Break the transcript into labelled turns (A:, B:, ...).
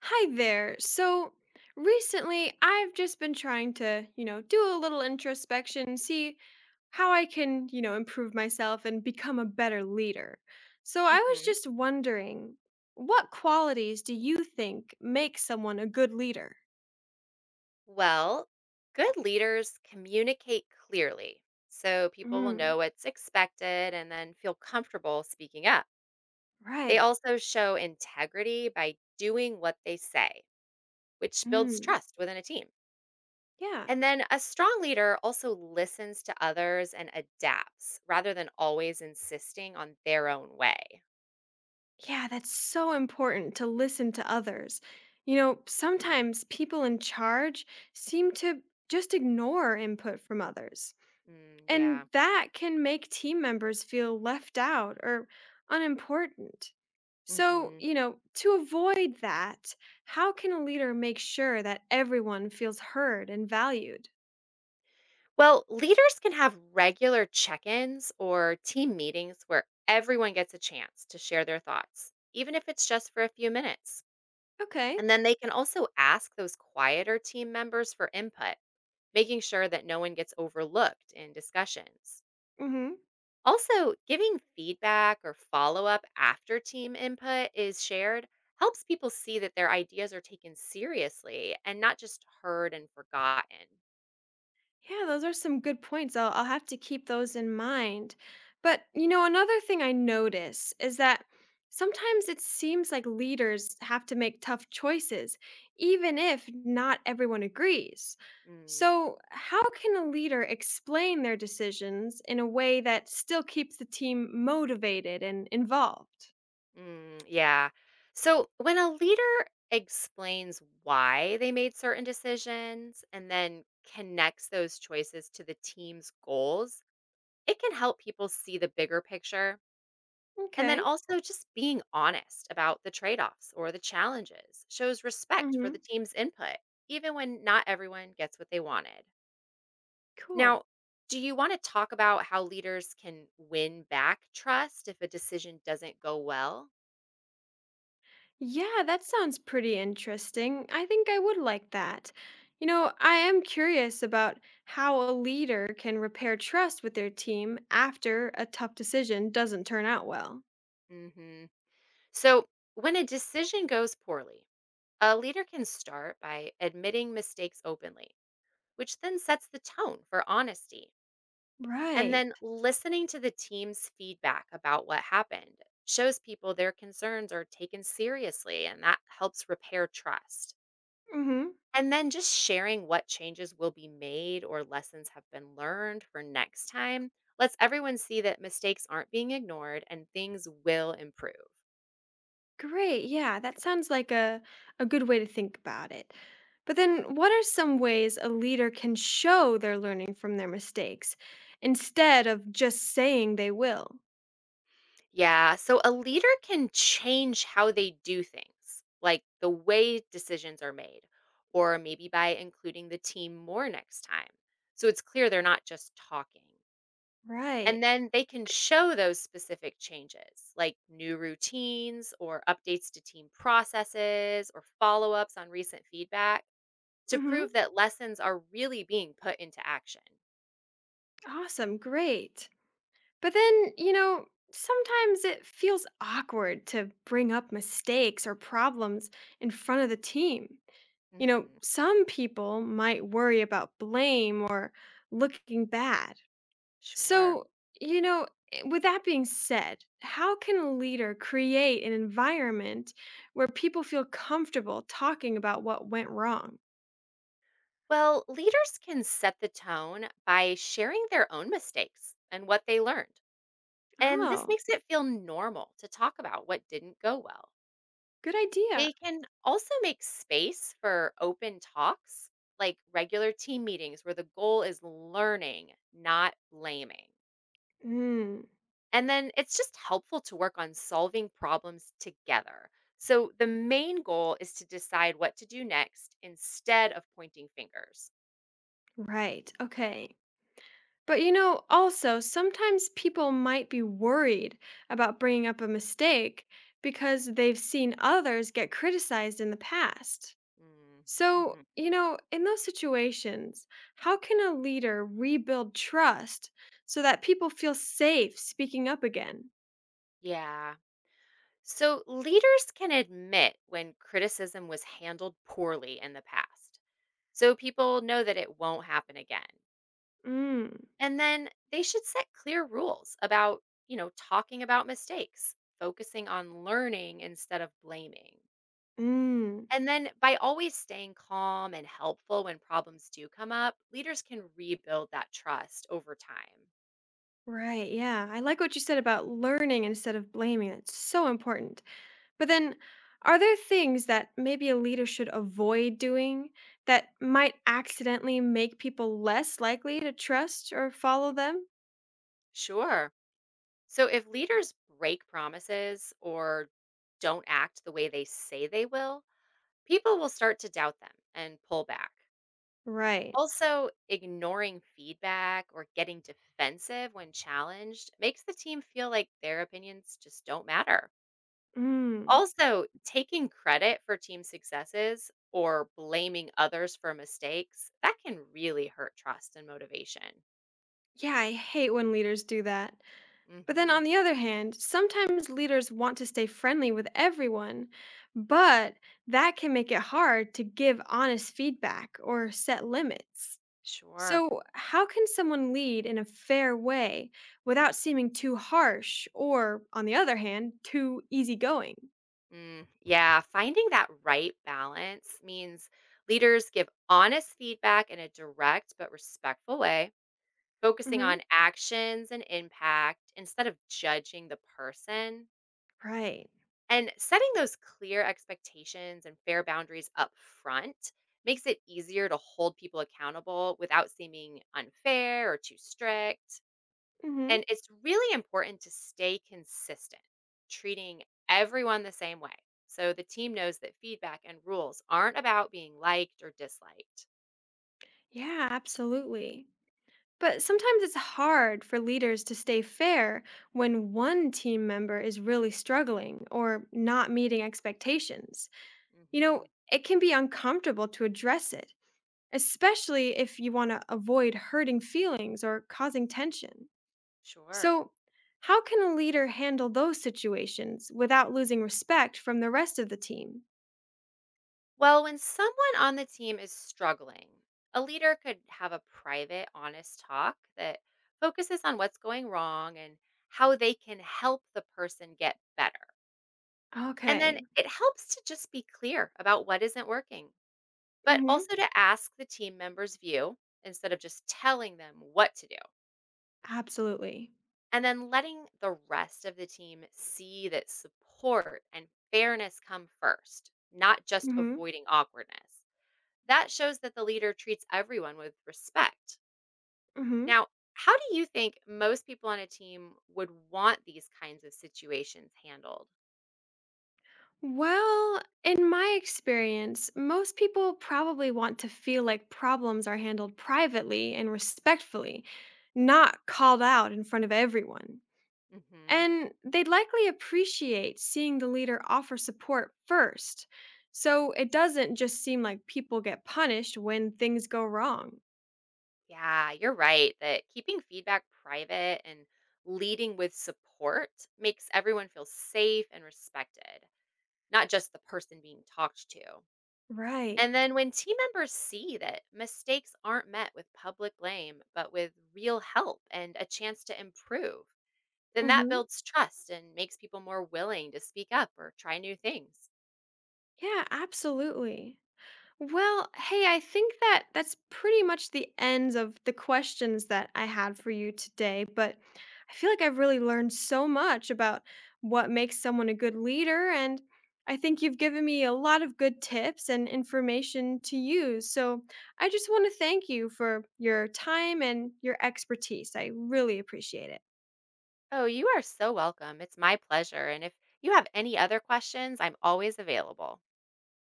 A: Hi there. So recently I've just been trying to, you know, do a little introspection, see how I can, you know, improve myself and become a better leader. So I was
B: hmm
A: just wondering, what qualities do you think make someone a good leader?
B: Well, good leaders communicate clearly so people will
A: Mm,
B: know what's expected and then feel comfortable speaking up. They
A: right.
B: also show integrity by doing what they say, which builds
A: Mm,
B: trust within a team.
A: yeah.
B: And then a strong leader also listens to others and adapts rather than always insisting on their own way.
A: Yeah, that's so important to listen to others. You know,
B: Mm,
A: sometimes people in charge seem to just ignore input from others.
B: mm,
A: And
B: yeah.
A: that can make team members feel left out or unimportant. So,
B: hmm
A: you know, to avoid that, how can a leader make sure that everyone feels heard and valued?
B: Well, leaders can have regular check ins or team meetings where everyone gets a chance to share their thoughts, even if it's just for a few minutes.
A: Okay.
B: And then they can also ask those quieter team members for input, making sure that no one gets overlooked in discussions.
A: Mhm.
B: Also, giving feedback or follow up after team input is shared helps people see that their ideas are taken seriously and not just heard and forgotten.
A: Yeah, those are some good points. I'll have to keep those in mind. But, you know, another thing I notice is that sometimes it seems like leaders have to make tough choices, even if not everyone agrees.
B: Mm.
A: So, how can a leader explain their decisions in a way that still keeps the team motivated and involved?
B: Mm, yeah. So when a leader explains why they made certain decisions and then connects those choices to the team's goals, it can help people see the bigger picture. And then
A: Okay.
B: also just being honest about the trade offs or the challenges shows respect for
A: Mm-hmm.
B: the team's input, even when not everyone gets what they wanted.
A: Cool.
B: Now, do you want to talk about how leaders can win back trust if a decision doesn't go well?
A: Yeah, that sounds pretty interesting. I think I would like that. You know, I am curious about how a leader can repair trust with their team after a tough decision doesn't turn out well.
B: Mm hmm. So, when a decision goes poorly, a leader can start by admitting mistakes openly, which then sets the tone for honesty. And
A: Right.
B: then listening to the team's feedback about what happened shows people their concerns are taken seriously, and that helps repair trust.
A: Mhm.
B: And then just sharing what changes will be made or lessons have been learned for next time lets everyone see that mistakes aren't being ignored and things will improve.
A: Great. Yeah, that sounds like a good way to think about it. But then what are some ways a leader can show they're learning from their mistakes instead of just saying they will?
B: Yeah. So a leader can change how they do things, like the way decisions are made, or maybe by including the team more next time. So it's clear they're not just talking. And
A: Right.
B: then they can show those specific changes, like new routines or updates to team processes or follow ups on recent feedback to
A: Mhm.
B: prove that lessons are really being put into action.
A: Awesome. Great. But then, you know, sometimes it feels awkward to bring up mistakes or problems in front of the team. You know,
B: hmm
A: some people might worry about blame or looking bad.
B: Sure.
A: So, you know, with that being said, how can a leader create an environment where people feel comfortable talking about what went wrong?
B: Well, leaders can set the tone by sharing their own mistakes and what they learned. And this
A: Oh,
B: makes it feel normal to talk about what didn't go well.
A: good idea.
B: They can also make space for open talks, like regular team meetings where the goal is learning, not blaming.
A: Hmm,
B: And then it's just helpful to work on solving problems together. So the main goal is to decide what to do next instead of pointing fingers.
A: right. Okay. But you know, also, sometimes people might be worried about bringing up a mistake because they've seen others get criticized in the past.
B: Mm,
A: So,
B: mhm.
A: you know, in those situations, how can a leader rebuild trust so that people feel safe speaking up again?
B: Yeah. So, leaders can admit when criticism was handled poorly in the past, so people know that it won't happen again.
A: Mm,
B: And then they should set clear rules about, you know, talking about mistakes, focusing on learning instead of blaming.
A: mm,
B: And then by always staying calm and helpful when problems do come up, leaders can rebuild that trust over time.
A: right. Yeah. I like what you said about learning instead of blaming. It's so important. But then, are there things that maybe a leader should avoid doing that might accidentally make people less likely to trust or follow them?
B: Sure. So, if leaders break promises or don't act the way they say they will, people will start to doubt them and pull back.
A: Right.
B: Also, ignoring feedback or getting defensive when challenged makes the team feel like their opinions just don't matter.
A: Mm.
B: Also, taking credit for team successes or blaming others for mistakes, that can really hurt trust and motivation.
A: Yeah, I hate when leaders do that. But then,
B: Mhm.
A: on the other hand, sometimes leaders want to stay friendly with everyone, but that can make it hard to give honest feedback or set limits.
B: Sure.
A: So, how can someone lead in a fair way without seeming too harsh or, on the other hand, too easygoing?
B: Mm, yeah, finding that right balance means leaders give honest feedback in a direct but respectful way focusing
A: Hmm,
B: on actions and impact instead of judging the person.
A: right.
B: And setting those clear expectations and fair boundaries up front makes it easier to hold people accountable without seeming unfair or too strict.
A: Hmm.
B: And it's really important to stay consistent, treating everyone the same way. So the team knows that feedback and rules aren't about being liked or disliked.
A: Yeah, absolutely. But sometimes it's hard for leaders to stay fair when one team member is really struggling or not meeting expectations. You know,
B: hmm
A: it can be uncomfortable to address it, especially if you want to avoid hurting feelings or causing tension.
B: Sure.
A: So, how can a leader handle those situations without losing respect from the rest of the team?
B: Well, when someone on the team is struggling, a leader could have a private, honest talk that focuses on what's going wrong and how they can help the person get better. And then
A: Okay.
B: it helps to just be clear about what isn't working, but
A: Mhm.
B: also to ask the team members' view instead of just telling them what to do.
A: Absolutely.
B: And then letting the rest of the team see that support and fairness come first, not just
A: Mhm.
B: avoiding awkwardness. That shows that the leader treats everyone with respect.
A: Mhm.
B: Now, how do you think most people on a team would want these kinds of situations handled?
A: Well, in my experience, most people probably want to feel like problems are handled privately and respectfully, not called out in front of everyone.
B: hmm
A: And they'd likely appreciate seeing the leader offer support first, so it doesn't just seem like people get punished when things go wrong.
B: Yeah, you're right that keeping feedback private and leading with support makes everyone feel safe and respected, not just the person being talked to.
A: Right.
B: And then when team members see that mistakes aren't met with public blame, but with real help and a chance to improve, then that
A: Hmm.
B: builds trust and makes people more willing to speak up or try new things.
A: Yeah, absolutely. Well, hey, I think that's pretty much the ends of the questions that I had for you today, but I feel like I've really learned so much about what makes someone a good leader, and I think you've given me a lot of good tips and information to use. So I just want to thank you for your time and your expertise. I really appreciate it.
B: Oh, you are so welcome. It's my pleasure. And if you have any other questions, I'm always available.